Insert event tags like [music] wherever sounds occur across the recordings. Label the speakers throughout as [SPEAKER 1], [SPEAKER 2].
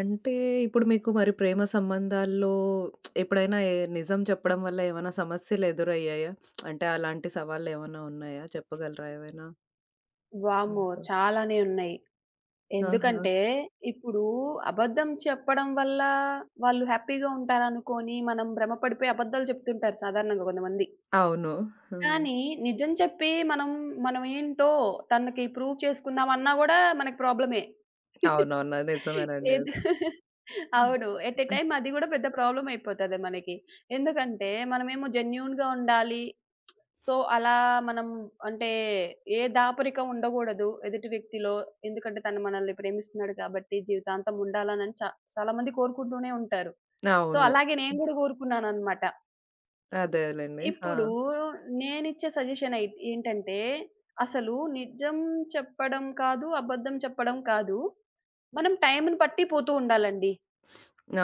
[SPEAKER 1] అంటే ఇప్పుడు మీకు మరి ప్రేమ సంబంధాల్లో ఎప్పుడైనా నిజం చెప్పడం వల్ల ఏమైనా సమస్యలు ఎదురయ్యాయా? అంటే అలాంటి సవాళ్ళేమన్నా ఉన్నాయా? చెప్పగలరా ఏవైనా
[SPEAKER 2] వామ్మో!
[SPEAKER 1] మీతో?
[SPEAKER 2] చాలానే ఉన్నాయి.
[SPEAKER 1] ఆహా!
[SPEAKER 2] ఎందుకంటే, ఇప్పుడు అబద్ధం చెప్పడం వల్ల వాళ్ళు హ్యాపీగా ఉంటారనుకోని, మనం భ్రమ పడిపోయి అబద్ధాలు చెప్తుంటారు సాధారణంగా కొంతమంది.
[SPEAKER 1] అవును. హ్మ్.
[SPEAKER 2] కానీ, నిజం చెప్పి మనం ఏంటో తనకి ప్రూవ్ చేసుకుందాం అన్నా గూడా మనకి ప్రాబ్లమే.
[SPEAKER 1] అవునవును. అది నిజమేనండి
[SPEAKER 2] ఏది
[SPEAKER 1] అది.
[SPEAKER 2] అవును. ఎట్ ఎ టైమ్ అది గూడా పెద్ద ప్రాబ్లమ్ అయిపోతది మనకి. ఎందుకంటే, మనమేమో జెన్యూన్‌గా ఉండాలి. సో, అలా మనం అంటే ఏ దాపరికం ఉండగూడదు ఎదుటి వ్యక్తిలో. ఎందుకంటే తను మనల్ని ప్రేమిస్తున్నాడు కాబట్టి జీవితాంతం ఉండాలనని చాలా మంది కోరుకుంటూనే ఉంటారు. సో,
[SPEAKER 1] అవును.
[SPEAKER 2] అలాగే నేను గూడా కోరుకున్నాననమాట.
[SPEAKER 1] అదేలెండి. ఆ!
[SPEAKER 2] ఇప్పుడు నేనిచ్చే సజెషన్ అయి ఏంటంటే, అసలు నిజం చెప్పడం కాదు, అబద్ధం చెప్పడం కాదు. మనం టైంని బట్టి పోతూ ఉండాలండి.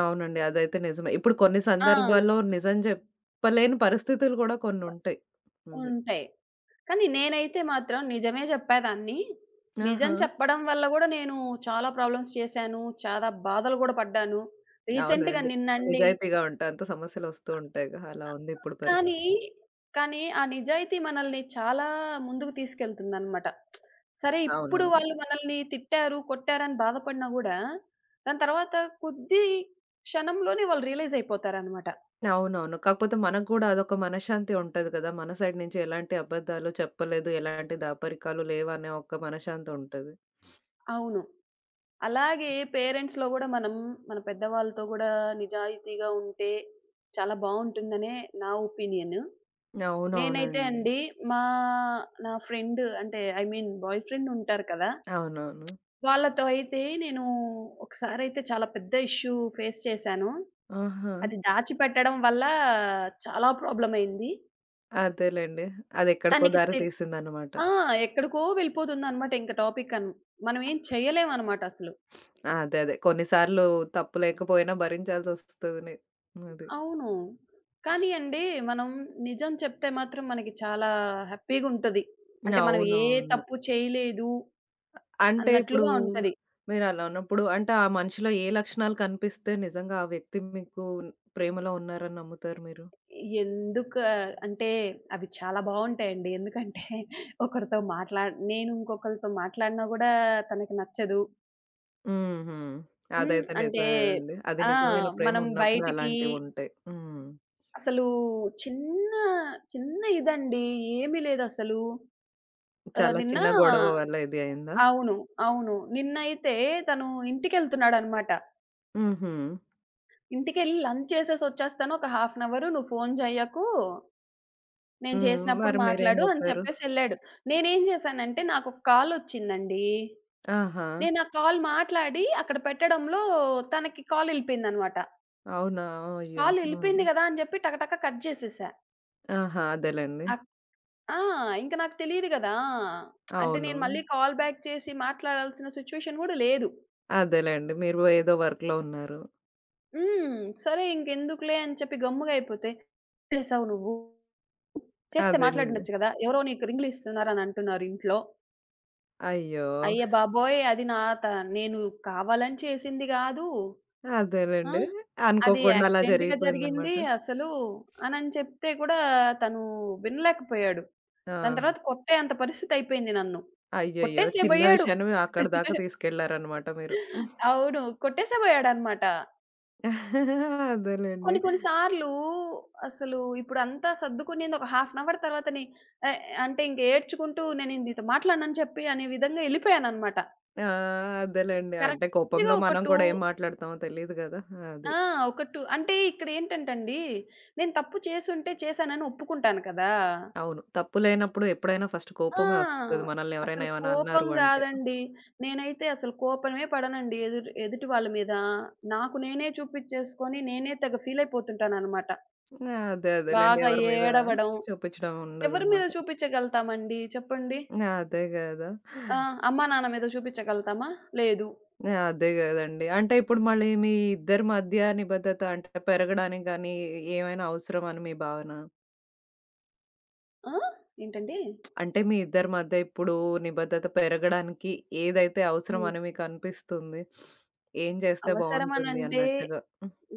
[SPEAKER 1] అవునండి. అదైతే నిజమే. ఇప్పుడు కొన్ని
[SPEAKER 2] ఆ!
[SPEAKER 1] సందర్భాల్లో నిజం చెప్పలేని పరిస్థితులు కూడా కొన్నుంటాయి. అది.
[SPEAKER 2] ఉంటాయి. కానీ నేనైతే మాత్రం నిజమే చెప్పేదాన్ని. నిజం
[SPEAKER 1] ఆహా!
[SPEAKER 2] చెప్పడం వల్ల గూడా నేను చాలా ప్రాబ్లమ్స్ చేశాను. చాలా బాధలు గూడా పడ్డాను. రీసెంట్‌గా
[SPEAKER 1] అవునండి.
[SPEAKER 2] నిన్నండి.
[SPEAKER 1] నిజాయితీగా ఉంటా అంత సమస్యలొస్తూ ఉంటాయిగా. అలా ఉంది ఇప్పుడు పరిస్థితి.
[SPEAKER 2] కానీ, కానీ ఆ నిజాయితీ మనల్ని చాలా ముందుకు తీసుకెళ్తుందనమాట. సరే ఇప్పుడు
[SPEAKER 1] అవునవును.
[SPEAKER 2] వాళ్ళు మనల్ని తిట్టారు, కొట్టారని బాధపడినా గూడా దాని తర్వాత కొద్ది క్షణంలోనే వాళ్ళు రియలైజ్ అయిపోతారనమాట.
[SPEAKER 1] అవునవును. కాకపోతే మనకు గూడా అదొక మనశ్శాంతి ఉంటది కదా! మన సైడ్ నుంచి ఎలాంటి అబద్ధాలు చెప్పలేదు, ఎలాంటి దాపరికాలు లేవనే ఒక మనశ్శాంతి ఉంటది.
[SPEAKER 2] అవును. అలాగే పేరెంట్స్‌లో గూడా మనం మన పెద్దవాళ్ళతో గూడా నిజాయితీగా ఉంటే చాలా బావుంటుందనే నా ఒపీనియన్. నేనైతే
[SPEAKER 1] అవునవునండి.
[SPEAKER 2] అండి మా నా ఫ్రెండ్ అంటే ఐ మీన్ బాయ్ ఫ్రెండ్ ఉంటారు కదా!
[SPEAKER 1] అవునవును.
[SPEAKER 2] వాళ్ళతో అయితే నేను ఒకసారయితే చాలా పెద్ద ఇష్యూ ఫేస్ చేశాను.
[SPEAKER 1] ఆహా!
[SPEAKER 2] అది దాచిపెట్టడం వల్ల చాలా ప్రాబ్లమ్ అయింది.
[SPEAKER 1] అదేలెండి. అదెక్కడికో
[SPEAKER 2] తనకి
[SPEAKER 1] దారి
[SPEAKER 2] తెల్
[SPEAKER 1] తీసిందన్నమాట.
[SPEAKER 2] ఆ! ఎక్కడికో వెళ్ళిపోతుందనమాట ఇంక టాపిక్ మనం ఏం చేయలేమనమాట అసలు.
[SPEAKER 1] అదే. కొన్ని సార్లు తప్పు లేకపోయినా భరించాల్సొస్తది అది.
[SPEAKER 2] అవును. కానీ అండి, మనం నిజం చెప్తే మాత్రం మనకి చాలా హ్యాపీగుంటది. అంటే మనం ఏ
[SPEAKER 1] అవునవును.
[SPEAKER 2] తప్పు చేయలేదు
[SPEAKER 1] అంటే ఇప్పుడు
[SPEAKER 2] అన్నట్లుగా ఉంటది.
[SPEAKER 1] మీరలా ఉన్నప్పుడు అంటే ఆ మనిషిలో ఏ లక్షణాలు కనిపిస్తే నిజంగా ఆ వ్యక్తి మీకు ప్రేమలో ఉన్నారని నమ్ముతారు మీరు?
[SPEAKER 2] ఎందుకు అంటే అవి చాలా బావుంటాయండి. ఎందుకంటే [laughs] ఒకరితో మాట్లా నేను ఇంకొకరితో మాట్లాడినా గూడా తనకి నచ్చదు.
[SPEAKER 1] హుహు.
[SPEAKER 2] హ్మ్.
[SPEAKER 1] అదైతే
[SPEAKER 2] అంటే
[SPEAKER 1] నిజమేనండి. అది
[SPEAKER 2] ఆ!
[SPEAKER 1] నిజమైన ప్రేమ
[SPEAKER 2] మనం
[SPEAKER 1] ఉన్నప్పుడే
[SPEAKER 2] బయటికి
[SPEAKER 1] అలాంటివుంటాయి. హ్మ్.
[SPEAKER 2] అసలు చిన్న, చిన్న ఇదండి. ఏమీ లేదసలు. ఆహ్,
[SPEAKER 1] చాలా
[SPEAKER 2] నిన్న
[SPEAKER 1] చిన్న గొడవ వల్ల ఇది అయిందా?
[SPEAKER 2] అవును. అవును. నిన్నైతే తను ఇంటికెళ్తున్నాడనమాట.
[SPEAKER 1] హుహు.
[SPEAKER 2] ఇంటికెళ్ళి లంచ్ చేసేసొచ్చేస్తాను. ఒక హాఫ్ అన్ అవర్ నువ్వు ఫోను జెయ్యకు. నేను
[SPEAKER 1] హ్మ్.
[SPEAKER 2] చేసినప్పుడు
[SPEAKER 1] మరి మీరేం
[SPEAKER 2] మాట్లాడు అని
[SPEAKER 1] జెప్పారు?
[SPEAKER 2] చెప్పేసెళ్ళాడు. నేనేం జేశానంటే నాకొక కాలొచ్చిందండి.
[SPEAKER 1] ఆహా!
[SPEAKER 2] నేను ఆ కాల్ మాట్లాడి అక్కడ పెట్టడంలో తనకి కాలెళ్ళిపోయిందనమాట.
[SPEAKER 1] అవునా? అయ్యో! హ్మ్.
[SPEAKER 2] కాలెళ్ళిపోయింది గదా! అని జెప్పి టకటక కట్ జేసేసా.
[SPEAKER 1] ఆహా! అదేలెండి.
[SPEAKER 2] అక్ ఆ! ఇంక నాకు తెలీదు గదా! అంటే
[SPEAKER 1] అవును.
[SPEAKER 2] నేను మళ్ళీ కాల్ బ్యాక్ చేసి మాట్లాడాల్సిన సిచ్యువేషన్ గూడా లేదు.
[SPEAKER 1] అదేలెండి. మీరు ఏదో వర్క్‌లో ఉన్నారు.
[SPEAKER 2] హ్మ్. సరే ఇంకెందుకులే అని చెప్పి గమ్ముగా అయిపోతే, "ఏం చేసావు నువ్వు? చేస్తే
[SPEAKER 1] అదేనండి.
[SPEAKER 2] మాట్లాడుండొచ్చు గదా! ఎవరో నీకు రింగులు ఇస్తున్నారని అంటున్నారు ఇంట్లో.
[SPEAKER 1] అయ్యో!
[SPEAKER 2] అయ్య బాబోయ్! అది నా త నేను కావాలని చేసింది గాదు. ఆ!
[SPEAKER 1] అదేలెండి.
[SPEAKER 2] అది
[SPEAKER 1] అనుకోకుండా అలా
[SPEAKER 2] యాక్సిడెంట్‌గా జరిగింది
[SPEAKER 1] జరిగిపోయిందనమాట.
[SPEAKER 2] అసలు అనని చెప్తే కూడా తను వినలేకపోయాడు.
[SPEAKER 1] ఆ!
[SPEAKER 2] దాని తర్వాత కొట్టేంత పరిస్థితి అయిపోయింది నన్ను.
[SPEAKER 1] అయ్యయ్యో! చిన్న
[SPEAKER 2] కొట్టేసేయబోయాడు.
[SPEAKER 1] విషయాన్ని అక్కడి దాకా
[SPEAKER 2] [laughs]
[SPEAKER 1] తీసుకెళ్లారనమాట మీరు.
[SPEAKER 2] అవును. కొట్టేసేయబోయాడనమాట.
[SPEAKER 1] [laughs] అదేలెండి.
[SPEAKER 2] కొన్ని కొన్ని సార్లు అసలు ఇప్పుడంతా సర్దుకునేది ఒక హాఫ్ అన్ అవర్ తర్వాతనే ఎ అంటే ఇంక ఏడ్చుకుంటూ నేను నీతో మాట్లాడనని చెప్పి అనే విధంగా ఎళ్ళిపోయాననమాట.
[SPEAKER 1] ఆ! అదేలెండి. అంటే
[SPEAKER 2] కరెక్ట్‌గా
[SPEAKER 1] కోపంలో
[SPEAKER 2] ఒక
[SPEAKER 1] మనం
[SPEAKER 2] 2
[SPEAKER 1] కూడా ఏం మాట్లాడతామో తెలీదు గదా! అది.
[SPEAKER 2] ఆ! ఒక 2 అంటే ఇక్కడేంటంటండి, నేను తప్పు చేసుంటే చేశానని ఒప్పుకుంటాను కదా!
[SPEAKER 1] అవును. తప్పు లేనప్పుడు ఎప్పుడైనా ఫస్ట్ కోపమే వస్తది.
[SPEAKER 2] ఆ!
[SPEAKER 1] మనల్ని ఎవరైనా
[SPEAKER 2] అసలు
[SPEAKER 1] ఏమైనా
[SPEAKER 2] కోపం
[SPEAKER 1] అన్నారు అంటే.
[SPEAKER 2] గాదండి. నేనైతే అసలు కోపమే పడనండి ఎదుటి ఎదుటి వాళ్ళ మీద. నాకు నేనే చూపిచ్చేసుకొని నేనే తెగ ఫీలయిపోతుంటాననమాట.
[SPEAKER 1] అదేలెండి.
[SPEAKER 2] బాగా
[SPEAKER 1] ఎవరి మీద
[SPEAKER 2] ఏడవడం
[SPEAKER 1] చూపించడం
[SPEAKER 2] ఎవరి మీద
[SPEAKER 1] ఉండదనమాట.
[SPEAKER 2] చూపించగలుగుతామండి చెప్పండి?
[SPEAKER 1] అదే గదా!
[SPEAKER 2] ఆ! అమ్మా, నాన్న మీద చూపించగలుగుతామా? లేదు.
[SPEAKER 1] అదే గదండీ. అంటే ఇప్పుడు మళ్ళీ మీ ఇద్దరి మధ్య నిబద్ధత అంటే పెరగడానికి గానీ, ఏమైనా అవసరం అని మీ భావన?
[SPEAKER 2] ఆ! ఏంటండి?
[SPEAKER 1] అంటే మీ ఇద్దరి మధ్య ఇప్పుడు నిబద్ధత పెరగడానికి ఏదైతే అవసరం
[SPEAKER 2] హ్మ్.
[SPEAKER 1] అని మీకు అనిపిస్తుంది? ఏం చేస్తే బావుంటుంది
[SPEAKER 2] అవసరమనంటే
[SPEAKER 1] అన్నట్టుగా?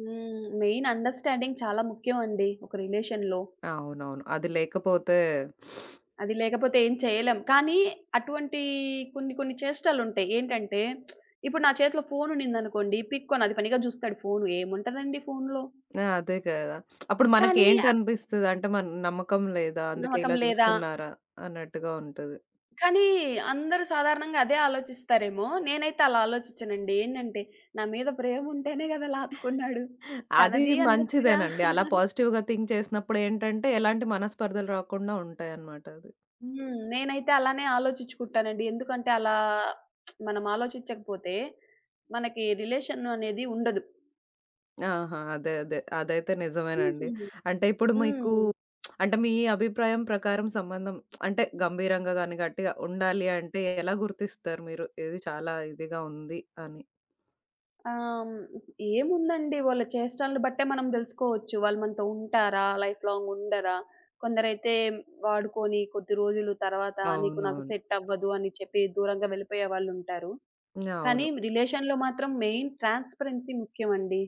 [SPEAKER 2] హ్మ్. మెయిన్ అండర్‌స్టాండింగ్ చాలా ముఖ్యం అండి ఒక రిలేషన్‌లో.
[SPEAKER 1] అవునవును. అది లేకపోతే
[SPEAKER 2] అది లేకపోతే ఏం చేయలేం. కానీ అటువంటి కొన్ని కొన్ని చేష్టలుంటాయి. ఏంటంటే ఇప్పుడు నా చేతిలో ఫోన్ ఉన్నిందనుకోండి, పిక్కొని అది పనిగా చూస్తాడు ఫోను. ఏముంటదండి ఫోన్‌లో?
[SPEAKER 1] ఆ! అదే కదా! అప్పుడు
[SPEAKER 2] కానీ
[SPEAKER 1] మనకేంటనిపిస్తది అంటే, మన నమ్మకం లేదా? అందుకే
[SPEAKER 2] నమ్మకం
[SPEAKER 1] ఇలా
[SPEAKER 2] లేదా?
[SPEAKER 1] చూస్తున్నారా? అన్నట్టుగా ఉంటది.
[SPEAKER 2] కానీ అందరూ సాధారణంగా అదే ఆలోచిస్తారేమో! నేనైతే అలా ఆలోచించనండి. ఏంటంటే నా మీద ప్రేమ ఉంటేనే కదా లాక్కున్నాడు.
[SPEAKER 1] అది
[SPEAKER 2] తనది అన్నట్టుగా.
[SPEAKER 1] మంచిదేనండి. అలా పాజిటివ్‌గా థింక్ చేసినప్పుడు ఏంటంటే, ఎలాంటి మనస్పర్ధలు రాకుండా ఉంటాయన్నమాట అది.
[SPEAKER 2] హ్మ్. నేనైతే అలానే ఆలోచించుకుంటానండి. ఎందుకంటే అలా మనం ఆలోచించకపోతే మనకి రిలేషన్ అనేది ఉండదు.
[SPEAKER 1] ఆహా! అదే. అదైతే నిజమేనండి.
[SPEAKER 2] హ్మ్.
[SPEAKER 1] అంటే ఇప్పుడు మీకు
[SPEAKER 2] హ్మ్.
[SPEAKER 1] అంటే మీ అభిప్రాయం ప్రకారం సంబంధం అంటే గంభీరంగా గాని, గట్టిగా ఉండాలి అంటే ఎలా గుర్తిస్తారు మీరు? ఇది చాలా ఇదిగా ఉంది అని.
[SPEAKER 2] ఆహ్, ఏముందండి వాళ్ళ చేష్టలను బట్టే మనం దెలుసుకోవచ్చు. వాళ్ళు మనతో ఉంటారా? లైఫ్ లాంగ్ ఉండరా? కొందరైతే వాడుకొని కొద్ది రోజులు తర్వాత నీకు నాకు
[SPEAKER 1] అవునవును.
[SPEAKER 2] సెట్ అవ్వదు అని చెప్పి దూరంగా వెళ్ళిపోయే వాళ్ళుంటారు. కానీ
[SPEAKER 1] అవును.
[SPEAKER 2] రిలేషన్‌లో మాత్రం మెయిన్ ట్రాన్స్‌పరెన్సీ ముఖ్యమండి.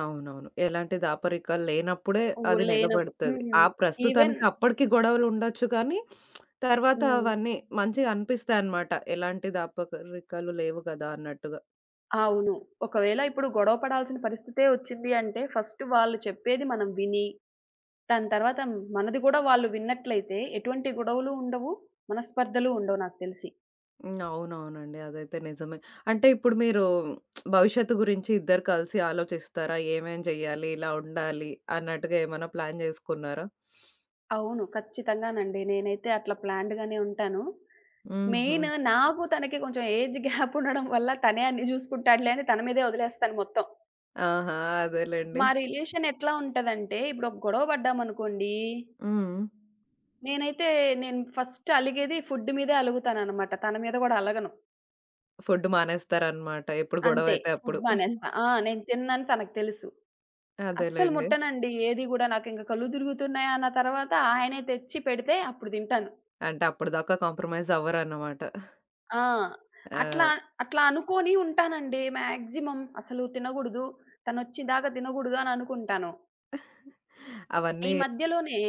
[SPEAKER 1] అవునవును. ఎలాంటి దాపరికాలు లేనప్పుడే అది
[SPEAKER 2] లేనప్పుడు
[SPEAKER 1] నిలబడతది. ఆ
[SPEAKER 2] హ్మ్. ఈవెన్
[SPEAKER 1] ప్రస్తుతానికి అప్పటికి గొడవలుండొచ్చు కానీ, తర్వాత
[SPEAKER 2] హ్మ్.
[SPEAKER 1] అవన్నీ మంచిగా అనిపిస్తాయన్నమాట. ఎలాంటి దాపరికాలు లేవు కదా! అన్నట్టుగా.
[SPEAKER 2] అవును. ఒకవేళ ఇప్పుడు గొడవ పడాల్సిన పరిస్థితే వచ్చింది అంటే, ఫస్ట్ వాళ్ళు చెప్పేది మనం విని, దాని తర్వాత మనది కూడా వాళ్ళు విన్నట్లయితే, ఎటువంటి గొడవలు ఉండవు, మనస్పర్ధలు ఉండవు నాకు తెలిసి.
[SPEAKER 1] హ్మ్. అవునవునండి. అదైతే నిజమే. అంటే ఇప్పుడు మీరు భవిష్యత్తు గురించి ఇద్దరు కలిసి ఆలోచిస్తారా? ఏమేం చేయాలి? ఇలా ఉండాలి అన్నట్టుగా ఏమైనా ప్లాన్ చేసుకున్నారా?
[SPEAKER 2] అవును. ఖచ్చితంగానండి. నేనైతే అట్లా ప్లాన్డ్‌గానే ఉంటాను.
[SPEAKER 1] హుహు.
[SPEAKER 2] మెయిన్ నాకు తనకి కొంచెం ఏజ్ గ్యాప్ ఉండడం వల్ల తనే అన్నీ చూసుకుంటాడులే అని తన మీదే వదిలేస్తాను మొత్తం.
[SPEAKER 1] ఆహా! అదేలెండి.
[SPEAKER 2] మా రిలేషన్ ఎట్లా ఉంటదంటే, ఇప్పుడు ఒక గొడవ పడ్డామనుకోండి,
[SPEAKER 1] హ్మ్.
[SPEAKER 2] నేనైతే నేను ఫస్ట్ అలిగేది ఫుడ్ మీదే అలుగుతాననమాట. తన మీద గూడా అలగను.
[SPEAKER 1] ఫుడ్ మానేస్తారన్నమాట. ఎప్పుడు
[SPEAKER 2] అంతే.
[SPEAKER 1] గొడవైతే
[SPEAKER 2] ఫుడ్
[SPEAKER 1] అప్పుడు.
[SPEAKER 2] మానేస్తా. ఆ! నేను తిననని తనకు తెలుసు. అస్సలు
[SPEAKER 1] అదేలెండి.
[SPEAKER 2] ముట్టనండి ఏది గూడా. నాకింక కళ్ళు తిరుగుతున్నాయా అన్న తర్వాత ఆయనే తెచ్చి పెడితే అప్పుడు తింటాను.
[SPEAKER 1] అంటే అప్పటిదాకా కాంప్రమైజ్ అవ్వరన్నమాట.
[SPEAKER 2] ఆ! అట్లా,
[SPEAKER 1] ఆహ్,
[SPEAKER 2] అట్లా అనుకోని ఉంటానండి మాక్సిమం. అసలు తినగూడదు. తనొచ్చేదాకా తినగూడదు అని అనుకుంటాను. ఈ
[SPEAKER 1] అవన్నీ
[SPEAKER 2] మధ్యలోనే,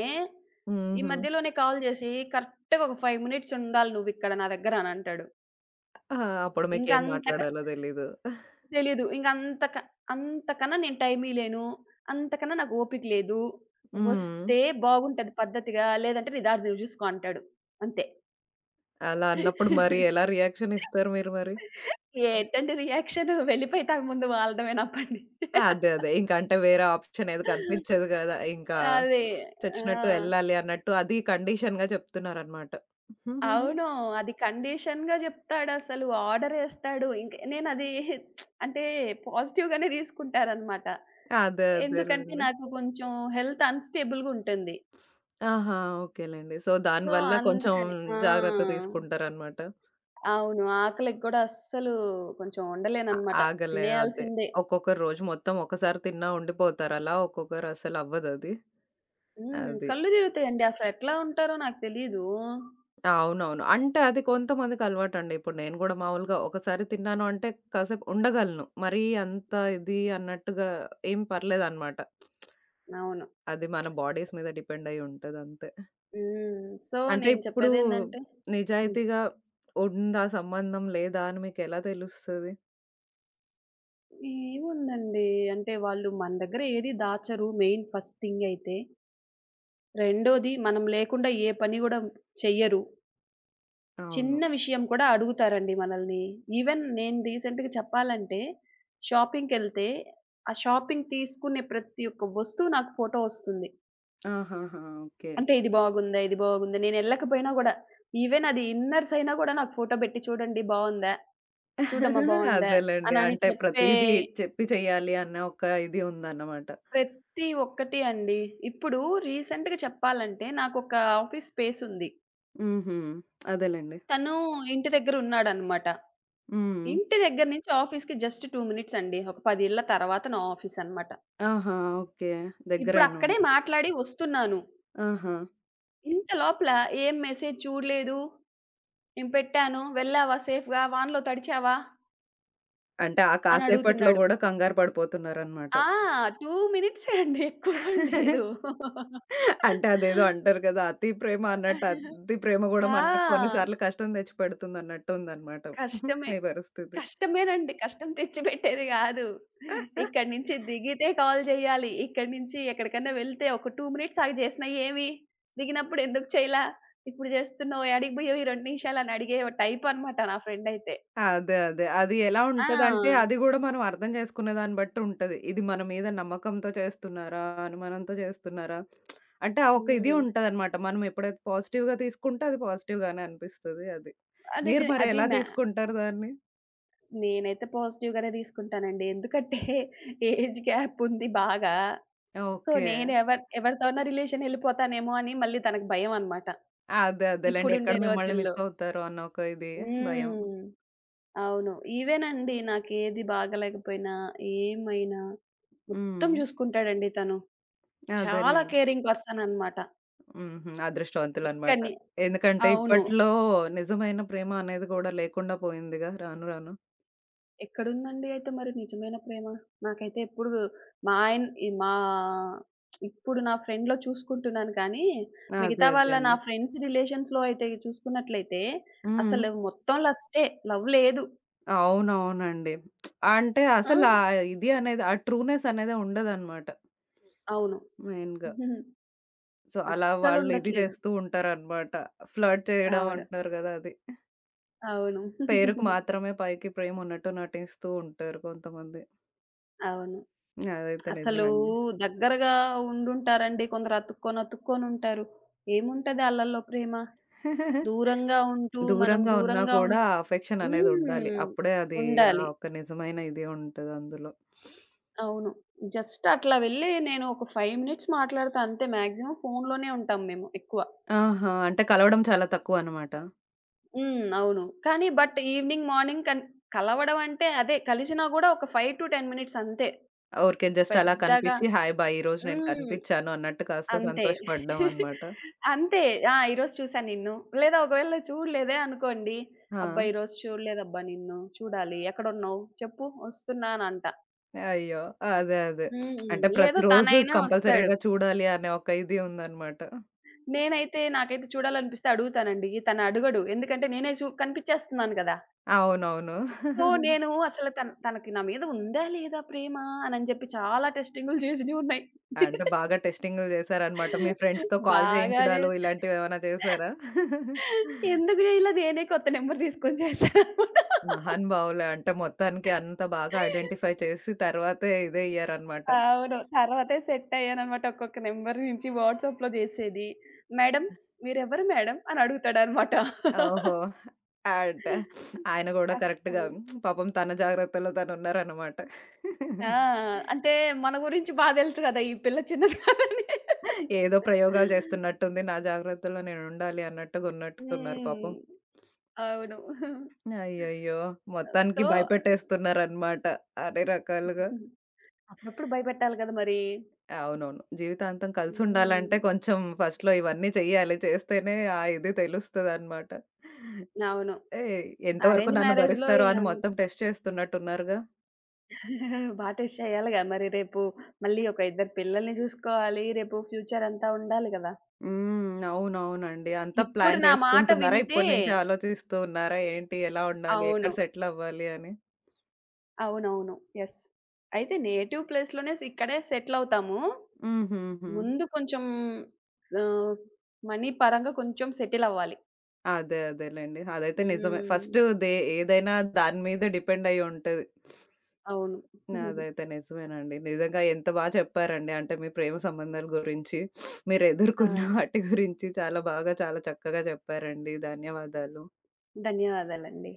[SPEAKER 2] ఈ
[SPEAKER 1] హుహు.
[SPEAKER 2] మధ్యలోనే కాల్ జేసి, "కరెక్ట్‌గా ఒక 5 మినిట్స్ ఉండాలి నువ్విక్కడ నా దగ్గర" అని అంటాడు.
[SPEAKER 1] ఆ! అప్పుడు
[SPEAKER 2] ఇంక
[SPEAKER 1] మీకేం
[SPEAKER 2] అంతక
[SPEAKER 1] మాట్లాడాలో తెలీదు.
[SPEAKER 2] తెలీదు. అంతకన్నా నేను టైం ఇయ్యలేను. అంతకన్నా నాకు ఓపిక లేదు.
[SPEAKER 1] హ్మ్.
[SPEAKER 2] వస్తే బాగుంటది పద్ధతిగా. లేదంటే నీ దారి నువ్వు చూసుకో అంటాడు. అంతే.
[SPEAKER 1] అలా అన్నప్పుడు మరి ఎలా రియాక్షన్ ఇస్తారు మీరు మరి?
[SPEAKER 2] ఏంటండి రియాక్షన్? వెళ్ళిపోయి తన ముందు వాలడమేనా నా పని.
[SPEAKER 1] ఆ! అదే. ఇంక అంటే వేరే ఆప్షన్ ఏది కనిపించదు గదా! ఇంకా
[SPEAKER 2] అదే.
[SPEAKER 1] చచ్చినట్టు
[SPEAKER 2] ఆ!
[SPEAKER 1] ఎళ్ళాలి అన్నట్టు అది కండిషన్‌గా చెప్తున్నారన్నమాట. హుహుహు.
[SPEAKER 2] అవును. అది కండిషన్‌గా జెప్తాడసలు. ఆర్డరేస్తాడు. ఇంక నేనది [sniffs] [laughs] అంటే పాజిటివ్‌గానే తీసుకుంటారనమాట.
[SPEAKER 1] అదే.
[SPEAKER 2] ఎందుకంటే
[SPEAKER 1] అదేలెండి.
[SPEAKER 2] నాకు కొంచెం హెల్త్ అన్‌స్టేబుల్‌గా ఉంటుంది.
[SPEAKER 1] ఆహా! ఓకేలెండి. సో,
[SPEAKER 2] సో,
[SPEAKER 1] దానివల్ల కొంచెం
[SPEAKER 2] అందుకని. ఆ!
[SPEAKER 1] జాగ్రత్త తీసుకుంటారన్నమాట.
[SPEAKER 2] అవును. ఆకలికి గూడా అస్సలు కొంచెం
[SPEAKER 1] ఆ!
[SPEAKER 2] ఉండలేననమాట.
[SPEAKER 1] ఆగలేరు అదే.
[SPEAKER 2] తినేయాల్సిందే.
[SPEAKER 1] ఒక్కొక్కరు రోజు మొత్తం ఒకసారి తిన్నా ఉండిపోతారు. అలా ఒక్కొక్కరు అసలు అవ్వదది.
[SPEAKER 2] హ్మ్.
[SPEAKER 1] అది.
[SPEAKER 2] కళ్ళు తిరుగుతాయండి. అసలెట్లా ఉంటారో నాకు తెలీదు.
[SPEAKER 1] అవునవును. అంటే అది కొంతమందికి అలవాటండి. ఇప్పుడు నేను గూడా మామూలుగా ఒకసారి తిన్నాను అంటే కాసేపు ఉండగలను. మరీ అంత ఇది అన్నట్టుగా ఏం పర్లేదనమాట.
[SPEAKER 2] అవును.
[SPEAKER 1] అది మన బాడీస్ మీద డిపెండ్ అయ్యి ఉంటదంతే.
[SPEAKER 2] హ్మ్. సో,
[SPEAKER 1] అంటే
[SPEAKER 2] నేను
[SPEAKER 1] ఇప్పుడు
[SPEAKER 2] చెప్పేదేందంటే హ్మ్.
[SPEAKER 1] నిజాయితీగా ఉందా సంబంధం లేదా అని మీకెలా తెలుస్తది?
[SPEAKER 2] ఏముందండి. అంటే వాళ్ళు మన దగ్గర ఏది దాచరు మెయిన్ ఫస్ట్ థింగ్ అయితే. రెండోది మనం లేకుండా ఏ పని గూడా చెయ్యరు.
[SPEAKER 1] అవును.
[SPEAKER 2] చిన్న విషయం కూడా అడుగుతారండి మనల్ని. ఈవెన్ నేను రీసెంట్‌గా చెప్పాలంటే షాపింగ్‌కెళ్తే, ఆ షాపింగ్ తీసుకునే ప్రతి ఒక్క వస్తువు నాకు ఫోటో వస్తుంది.
[SPEAKER 1] ఆహాహా! ఓకే.
[SPEAKER 2] అంటే ఇది బాగుందా? ఇది బాగుందా? నేనెళ్ళకపోయినా గూడా ఈవెన్ అది ఇన్నర్స్ అయినా గూడా నాకు ఫోటో పెట్టి చూడండి బావుందా? చూడమ్మా బావుందా?
[SPEAKER 1] అదేలెండి.
[SPEAKER 2] అనని
[SPEAKER 1] అంటే
[SPEAKER 2] చెప్పే
[SPEAKER 1] ప్రతీదీ చెప్పి చెయ్యాలి అన్న ఒక ఇది ఉందన్నమాట.
[SPEAKER 2] ప్రతి ఒక్కటి అండి. ఇప్పుడు రీసెంట్‌గా చెప్పాలంటే నాకొక ఆఫీస్ స్పేస్ ఉంది.
[SPEAKER 1] హుహు. అదేలెండి.
[SPEAKER 2] తను ఇంటి దగ్గర ఉన్నాడనమాట.
[SPEAKER 1] హ్మ్.
[SPEAKER 2] ఇంటి దగ్గర నుంచి ఆఫీస్‌కి జస్ట్ 2 మినిట్స్ అండి. ఒక 10 ఇళ్ల తర్వాత నా ఆఫీస్ అనమాట.
[SPEAKER 1] ఆహా! ఓకే. దగ్గరే
[SPEAKER 2] ఇప్పుడు అక్కడే
[SPEAKER 1] అన్నమాట.
[SPEAKER 2] మాట్లాడి వస్తున్నాను.
[SPEAKER 1] ఆహా!
[SPEAKER 2] ఇంత లోపల ఏం మెసేజ్ చూడలేదు. నేను పెట్టాను. వెళ్ళావా సేఫ్‌గా? వానలో తడిచావా?
[SPEAKER 1] అంటే ఆ
[SPEAKER 2] అని
[SPEAKER 1] కాసేపట్లో
[SPEAKER 2] అడుగుతున్నాడు.
[SPEAKER 1] గూడా కంగారు పడిపోతున్నారన్నమాట.
[SPEAKER 2] ఆ! 2 మినిట్సే అండి. ఎక్కువ కూడా లేదు.
[SPEAKER 1] అంటే అదేదో అంటారు కదా! అతి ప్రేమ అన్నట్టు అతి ప్రేమ గూడా మనకి కొన్ని
[SPEAKER 2] ఆ!
[SPEAKER 1] సార్లు కష్టం తెచ్చిపెడుతుందన్నట్టు ఉందన్నమాట
[SPEAKER 2] కష్టమే.
[SPEAKER 1] మీ పరిస్థితి.
[SPEAKER 2] కష్టమేనండి. కష్టం తెచ్చిపెట్టేది గాదు. ఇక్కడి నుంచి దిగితే కాల్ జేయాలి. ఇక్కడి నుంచి ఎక్కడికన్నా వెళ్తే ఒక 2 మినిట్స్ ఆగి జేసినా ఏమి? దిగినప్పుడు ఎందుకు చేయలా? ఇప్పుడు జేస్తున్నావు. యాడికి బోయావు ఈ 2 నిమిషాలని అడిగే టైప్ అనమాట నా ఫ్రెండ్ అయితే.
[SPEAKER 1] అదే. అది ఎలా ఉంటదంటే,
[SPEAKER 2] ఆ!
[SPEAKER 1] అది గూడా మనం అర్థం చేసుకునే దాన్ని బట్టి ఉంటది. ఇది మన మీద నమ్మకంతో చేస్తున్నారా? అనుమానంతో చేస్తున్నారా? అంటే, ఆ ఒక ఇది
[SPEAKER 2] హ్మ్.
[SPEAKER 1] ఉంటదనమాట. మనం ఎప్పుడైతే పాజిటివ్‌గా తీసుకుంటే, అది పాజిటివ్‌గానే అనిపిస్తది అది.
[SPEAKER 2] అంటే
[SPEAKER 1] మీరు
[SPEAKER 2] ఇది
[SPEAKER 1] మరి
[SPEAKER 2] అది
[SPEAKER 1] ఎలా తీసుకుంటారు దాన్ని?
[SPEAKER 2] నేనైతే పాజిటివ్ గానే తీసుకుంటానండి. ఎందుకంటే ఏజ్ గ్యాప్ ఉంది బాగా. So,
[SPEAKER 1] okay.
[SPEAKER 2] నేను ఎవరితో అన్నా రిలేషన్ ఎళ్ళిపోతానేమో అని మళ్ళీ తనకు భయం అనమాట.
[SPEAKER 1] అదే. అదేలెండి. ఎక్కడ
[SPEAKER 2] ఇప్పుడుండే
[SPEAKER 1] మిమ్మల్ని
[SPEAKER 2] రోజుల్లో.
[SPEAKER 1] మిస్ అవుతారో అన్న ఒక ఇది భయం.
[SPEAKER 2] హ్మ్. అవును. ఈవెనండి నాకేది బాగాలేకపోయినా, ఏమైనా మొత్తం
[SPEAKER 1] హ్మ్.
[SPEAKER 2] జూసుకుంటాడండి తను. చాలా
[SPEAKER 1] అదేలెండి.
[SPEAKER 2] కేరింగ్ పర్సన్ అనమాట.
[SPEAKER 1] హుహు. అదృష్టవంతులనమాట.
[SPEAKER 2] ఇక్కడనే
[SPEAKER 1] ఎందుకంటే,
[SPEAKER 2] అవును.
[SPEAKER 1] ఇప్పట్లో నిజమైన ప్రేమ అనేది గూడా లేకుండా పోయిందిగా రాను రాను.
[SPEAKER 2] ఎక్కడుందండి అయితే మరి నిజమైన ప్రేమ? నాకైతే ఎప్పుడు మా ఆయన ఈ మా ఇప్పుడు నా ఫ్రెండ్‌లో చూసుకుంటున్నాను కానీ,
[SPEAKER 1] అదే.
[SPEAKER 2] మిగతా
[SPEAKER 1] అదే
[SPEAKER 2] వాళ్ళ నా
[SPEAKER 1] అండి.
[SPEAKER 2] ఫ్రెండ్స్ రిలేషన్స్‌లో అయితే చూసుకున్నట్లయితే
[SPEAKER 1] హ్మ్.
[SPEAKER 2] అసలు మొత్తం లస్టే. లవ్ లేదు.
[SPEAKER 1] అవునవునండి. అంటే
[SPEAKER 2] ఆ!
[SPEAKER 1] అసలా ఇది అనేది ఆ ట్రూనెస్ అనేదే ఉండదనమాట
[SPEAKER 2] అవును.
[SPEAKER 1] మెయిన్‌గా.
[SPEAKER 2] [laughs]
[SPEAKER 1] సో, అలా వాళ్ళు ఇది
[SPEAKER 2] అస్సలుండట్లేదు.
[SPEAKER 1] చేస్తూ ఉంటారనమాట. ఫ్లర్ట్ చేయడం
[SPEAKER 2] అవును.
[SPEAKER 1] అంటున్నారు గదా! అది.
[SPEAKER 2] అవును.
[SPEAKER 1] పేరుకు మాత్రమే పైకి ప్రేమ ఉన్నట్టు నటిస్తూ ఉంటారు కొంతమంది.
[SPEAKER 2] అవును.
[SPEAKER 1] అదైతే నిజమే
[SPEAKER 2] అసలూ
[SPEAKER 1] అండి.
[SPEAKER 2] దగ్గరగా ఉండుంటారండి. అతుక్కొనుంటారు. ఏముంటది ఆళ్ళల్లో ప్రేమ? దూరంగా ఉంటూ, మనం
[SPEAKER 1] దూరంగా ఉన్నా
[SPEAKER 2] దూరంగా ఉం
[SPEAKER 1] కూడా ఆ అఫెక్షన్ అనేది ఉండాలి.
[SPEAKER 2] హ్మ్.
[SPEAKER 1] అప్పుడే అది ఆ
[SPEAKER 2] ఉండాలి.
[SPEAKER 1] ఒక్క నిజమైన ఇది ఉంటది అందులో.
[SPEAKER 2] అవును. జస్ట్ అట్లా వెళ్ళి నేను ఒక 5 మినిట్స్ మాట్లాడతా అంతే. మాక్సిమం ఫోన్‌లోనే ఉంటాం మేము ఎక్కువ.
[SPEAKER 1] ఆహా! అంటే కలవడం చాలా తక్కువనమాట.
[SPEAKER 2] హ్మ్. అవును. కానీ బట్ ఈవినింగ్, మార్నింగ్ కన్ కలవడం అంటే అదే కలిసినా గూడా ఒక 5-10 మినిట్స్ అంతే.
[SPEAKER 1] ఊరికే జస్ట్ అలా
[SPEAKER 2] పెద్దగా
[SPEAKER 1] కనిపిచ్చి, హాయ్ బాయ్! ఈరోజు నేను
[SPEAKER 2] హ్మ్.
[SPEAKER 1] కనిపిచ్చాను అన్నట్టు కాస్త
[SPEAKER 2] అంతే.
[SPEAKER 1] సంతోషపడ్డం
[SPEAKER 2] [laughs]
[SPEAKER 1] అన్నమాట.
[SPEAKER 2] అంతే. ఆ! ఈరోజు చూసా నిన్ను. లేదా ఒకవేళ చూడలేదే అనుకోండి.
[SPEAKER 1] ఆ!
[SPEAKER 2] అబ్బా! ఈరోజు చూడలేదబ్బా నిన్ను. చూడాలి. ఎక్కడున్నావు? చెప్పు వస్తున్నానంట.
[SPEAKER 1] అయ్యో! అదే. అంటే
[SPEAKER 2] హ్మ్. లేదో
[SPEAKER 1] ప్రతిరోజు
[SPEAKER 2] తనైనా వస్తాడు.
[SPEAKER 1] కంపల్సరీగా చూడాలి అనే ఒక ఇది ఉందన్నమాట.
[SPEAKER 2] నాకైతే చూడాలనిపిస్తే అడుగుతానండి. తను అడగడు. ఎందుకంటే నేనే కనిపించేస్తున్నాను కదా!
[SPEAKER 1] అవునవును.
[SPEAKER 2] సో, నేను అసలు తనకి నా మీద ఉందా లేదా ప్రేమ అని అని చెప్పి చాలా టెస్టింగులు చేసినయి ఉన్నాయి.
[SPEAKER 1] అంటే బాగా టెస్టింగులు చేశారన్నమాట. మీ ఫ్రెండ్స్‌తో కాల్
[SPEAKER 2] బాగా
[SPEAKER 1] చేయించడాలు
[SPEAKER 2] చేశా.
[SPEAKER 1] ఇలాంటివేమైనా చేశారా?
[SPEAKER 2] ఎందుకు చేయలా నేనే కొత్త నంబర్ తీసుకొని చేశాననమాట.
[SPEAKER 1] మహానుభావులే. అంటే మొత్తానికి అంత బాగా ఐడెంటిఫై చేసి తర్వాతే ఇదయ్యారన్నమాట.
[SPEAKER 2] అవును. తర్వాతే సెట్ అయ్యాననమాట. ఒక్కొక్క నంబర్ నుంచి వాట్సాప్‌లో చేసేది. మేడమ్ మీరెవరు మేడమ్ అని అడుగుతాడనమాట.
[SPEAKER 1] ఓహో! అడ్ ఆయన గూడా కరెక్ట్‌గా
[SPEAKER 2] అస్సలు.
[SPEAKER 1] పాపం తన జాగ్రత్తలో తనున్నారనమాట.
[SPEAKER 2] ఆ! అంటే మన గురించి బా తెలుసు కదా! ఈ పిల్ల చిన్నది కాదని.
[SPEAKER 1] ఏదో ప్రయోగాలు చేస్తున్నట్టుంది. నా జాగ్రత్తలో నేనుండాలి అన్నట్టుగా ఉన్నట్టున్నారు పాపం.
[SPEAKER 2] హ్మ్. అవును.
[SPEAKER 1] అయ్యయ్యో! మొత్తానికి
[SPEAKER 2] సో
[SPEAKER 1] భయపెట్టేస్తున్నారనమాట అన్ని రకాలుగా.
[SPEAKER 2] అప్పుడప్పుడు భయపెట్టాలి కదా మరి.
[SPEAKER 1] అవునవును. జీవితాంతం కలిసుండాలంటే
[SPEAKER 2] హ్మ్.
[SPEAKER 1] కొంచెం ఫస్ట్‌లో ఇవన్నీ చెయ్యాలి. చేస్తేనే ఆ ఇది తెలుస్తదనమాట.
[SPEAKER 2] అవును.
[SPEAKER 1] ఏయ్! ఎంతవరకు
[SPEAKER 2] అరేంజ్
[SPEAKER 1] నన్ను
[SPEAKER 2] మ్యారేజ్‌లో
[SPEAKER 1] భరిస్తారో
[SPEAKER 2] ఇలా
[SPEAKER 1] అని
[SPEAKER 2] ఉంది.
[SPEAKER 1] మొత్తం టెస్ట్ చేస్తున్నట్టున్నారుగా.
[SPEAKER 2] [laughs] బా టెస్ట్ చేయాలిగా మరి రేపు మళ్ళీ ఒక ఇద్దరు పిల్లల్ని చూసుకోవాలి. రేపు ఫ్యూచర్ అంతా ఉండాలి కదా!
[SPEAKER 1] హ్మ్. అవునవునండి. అంతా
[SPEAKER 2] ఇప్పుడు
[SPEAKER 1] ప్లాన్
[SPEAKER 2] నా మాట
[SPEAKER 1] చేసుకుంటున్నారా?
[SPEAKER 2] వింటే
[SPEAKER 1] ఇప్పటి నుంచే ఆలోచిస్తూ ఉన్నారా? ఏంటి? ఎలా ఉండాలి? ఎక్కడ
[SPEAKER 2] అవును.
[SPEAKER 1] సెటిల్ అవ్వాలి అని?
[SPEAKER 2] అవునవును. యెస్. అయితే నేటివ్ ప్లేస్‌లోనే ఇక్కడే సెటిల్ అవుతాము.
[SPEAKER 1] హుహుహు.
[SPEAKER 2] ముందు కొంచెం ఆహ్, మనీ పరంగా కొంచెం సెటిల్ అవ్వాలి.
[SPEAKER 1] అదేలెండి. అదైతే నిజమే.
[SPEAKER 2] హ్మ్.
[SPEAKER 1] ఫస్ట్ దే ఏదైనా దాని మీద డిపెండ్ అయ్యి ఉంటది.
[SPEAKER 2] అవును. [laughs]
[SPEAKER 1] అదైతే నిజమేనండి. నిజంగా ఎంత బా చెప్పారండి. అంటే మీ ప్రేమ సంబంధాల గురించి,
[SPEAKER 2] ఆ!
[SPEAKER 1] మీరెదుర్కొన్న వాటి గురించి చాలా బాగా, చాలా చక్కగా చెప్పారండి. ధన్యవాదాలు.
[SPEAKER 2] ధన్యవాదాలండి.